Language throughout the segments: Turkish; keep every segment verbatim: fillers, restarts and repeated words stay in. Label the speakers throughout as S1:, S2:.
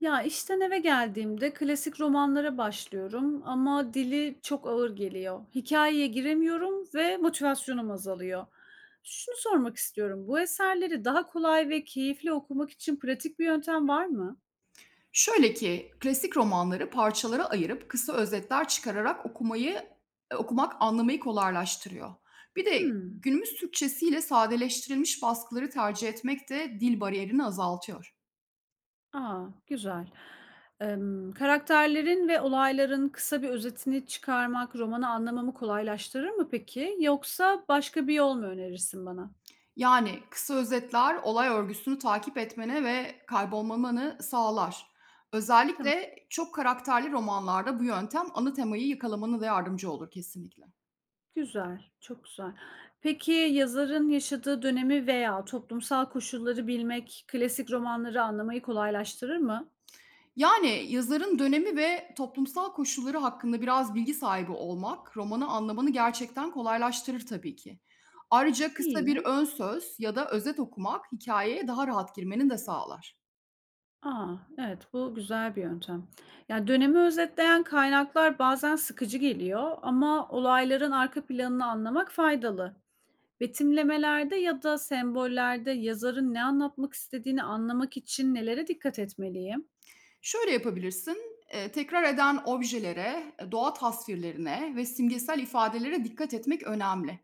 S1: Ya, işten eve geldiğimde klasik romanlara başlıyorum ama dili çok ağır geliyor. Hikayeye giremiyorum ve motivasyonum azalıyor. Şunu sormak istiyorum, bu eserleri daha kolay ve keyifli okumak için pratik bir yöntem var mı?
S2: Şöyle ki, klasik romanları parçalara ayırıp kısa özetler çıkararak okumayı eee, okumak anlamayı kolaylaştırıyor. Bir de
S1: Hmm,
S2: günümüz Türkçesiyle sadeleştirilmiş baskıları tercih etmek de dil bariyerini azaltıyor.
S1: aa, güzel. Emm, karakterlerin ve olayların kısa bir özetini çıkarmak romanı anlamamı kolaylaştırır mı peki, yoksa başka bir yol mu önerirsin bana?
S2: Yani kısa özetler olay örgüsünü takip etmene ve kaybolmamanı sağlar.
S1: Tamam.
S2: Özellikle çok karakterli romanlarda bu yöntem ana temayı yakalamanı da yardımcı olur kesinlikle.
S1: Güzel, çok güzel. Peki yazarın yaşadığı dönemi veya toplumsal koşulları bilmek klasik romanları anlamayı kolaylaştırır mı?
S2: Yani, yazarın dönemi ve toplumsal koşulları hakkında biraz bilgi sahibi olmak, romanı anlamanı gerçekten kolaylaştırır tabii ki. Ayrıca kısa
S1: İyi.
S2: bir ön söz ya da özet okumak hikayeye daha rahat girmeni de sağlar.
S1: A! Evet, bu güzel bir yöntem. Yani dönemi özetleyen kaynaklar bazen sıkıcı geliyor ama olayların arka planını anlamak faydalı. Betimlemelerde ya da sembollerde yazarın ne anlatmak istediğini anlamak için nelere dikkat etmeliyim?
S2: Şöyle yapabilirsin, eee, tekrar eden objelere, eee, doğa tasvirlerine ve simgesel ifadelere dikkat etmek önemli.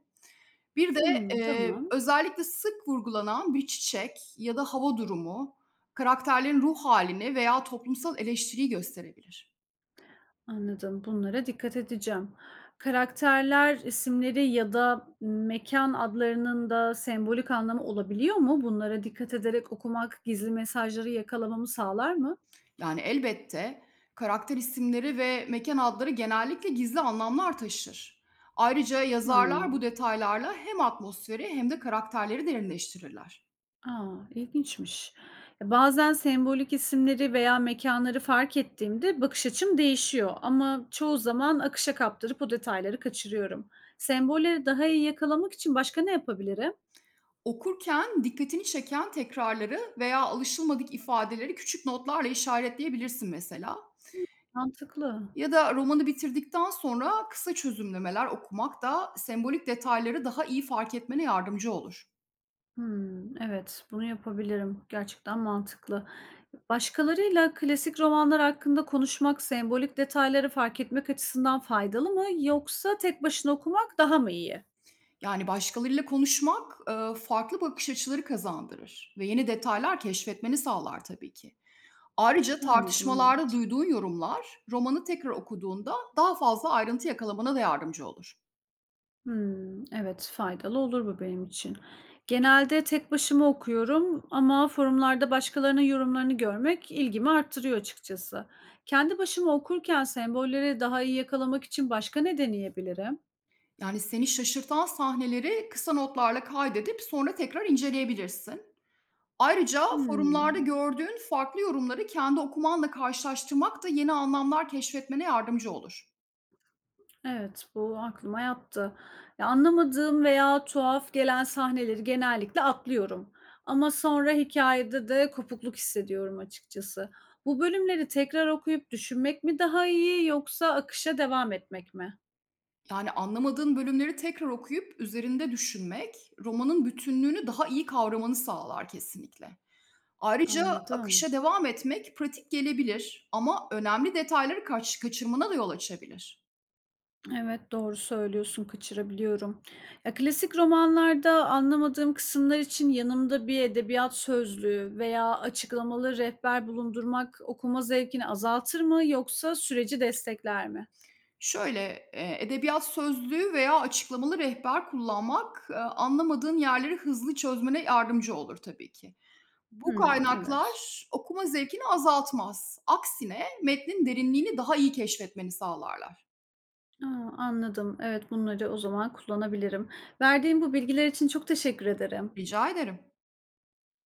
S2: Bir de,
S1: Hmm,
S2: eee,
S1: tamam.
S2: özellikle sık vurgulanan bir çiçek ya da hava durumu, karakterlerin ruh hâlini veya toplumsal eleştiriyi gösterebilir.
S1: Anladım, bunlara dikkat edeceğim. Karakterler isimleri ya da mekan adlarının da sembolik anlamı olabiliyor mu? Bunlara dikkat ederek okumak gizli mesajları yakalamamı sağlar mı?
S2: Yani, elbette karakter isimleri ve mekan adları genellikle gizli anlamlar taşır. Ayrıca yazarlar
S1: Hıı.
S2: bu detaylarla hem atmosferi hem de karakterleri derinleştirirler.
S1: A, ilginçmiş. Ya, bazen sembolik isimleri veya mekanları fark ettiğimde bakış açım değişiyor ama çoğu zaman akışa kaptırıp o detayları kaçırıyorum. Sembolleri daha iyi yakalamak için başka ne yapabilirim?
S2: Okurken dikkatini çeken tekrarları veya alışılmadık ifadeleri küçük notlarla işaretleyebilirsin mesela.
S1: Mantıklı.
S2: Ya da romanı bitirdikten sonra kısa çözümlemeler okumak da sembolik detayları daha iyi fark etmene yardımcı olur.
S1: Hımm, evet, bunu yapabilirim. Gerçekten mantıklı. Başkalarıyla klasik romanlar hakkında konuşmak, sembolik detayları fark etmek açısından faydalı mı yoksa tek başına okumak daha mı iyi?
S2: Yani başkalarıyla konuşmak, eee, farklı bakış açıları kazandırır ve yeni detaylar keşfetmeni sağlar tabii ki. Ayrıca
S1: Anladım,
S2: tartışmalarda
S1: evet.
S2: duyduğun yorumlar romanı tekrar okuduğunda daha fazla ayrıntı yakalamana da yardımcı olur.
S1: Hımm, evet, faydalı olur bu benim için. Genelde tek başıma okuyorum ama forumlarda başkalarının yorumlarını görmek ilgimi arttırıyor açıkçası. Kendi başıma okurken sembolleri daha iyi yakalamak için başka ne deneyebilirim?
S2: Yani seni şaşırtan sahneleri kısa notlarla kaydedip sonra tekrar inceleyebilirsin. Ayrıca forumlarda
S1: Hımm.
S2: gördüğün farklı yorumları kendi okumanla karşılaştırmak da yeni anlamlar keşfetmene yardımcı olur.
S1: Evet, bu aklıma yattı. Ya, anlamadığım veya tuhaf gelen sahneleri genellikle atlıyorum ama sonra hikayede de kopukluk hissediyorum açıkçası. Bu bölümleri tekrar okuyup düşünmek mi daha iyi yoksa akışa devam etmek mi?
S2: Yani, anlamadığın bölümleri tekrar okuyup üzerinde düşünmek, romanın bütünlüğünü daha iyi kavramanı sağlar kesinlikle. Ayrıca
S1: Anladım.
S2: akışa devam etmek pratik gelebilir ama önemli detayları kaç kaçırmana da yol açabilir.
S1: Evet, doğru söylüyorsun, kaçırabiliyorum. Ya, klasik romanlarda anlamadığım kısımlar için yanımda bir edebiyat sözlüğü veya açıklamalı rehber bulundurmak okuma zevkini azaltır mı yoksa süreci destekler mi?
S2: Şöyle, eee, edebiyat sözlüğü veya açıklamalı rehber kullanmak, eee, anlamadığın yerleri hızlı çözmene yardımcı olur tabii ki. Bu
S1: Hımm, evet.
S2: kaynaklar okuma zevkini azaltmaz. Aksine metnin derinliğini daha iyi keşfetmeni sağlarlar.
S1: A, anladım. Evet, bunları o zaman kullanabilirim. Verdiğin bu bilgiler için çok teşekkür ederim.
S2: Rica ederim.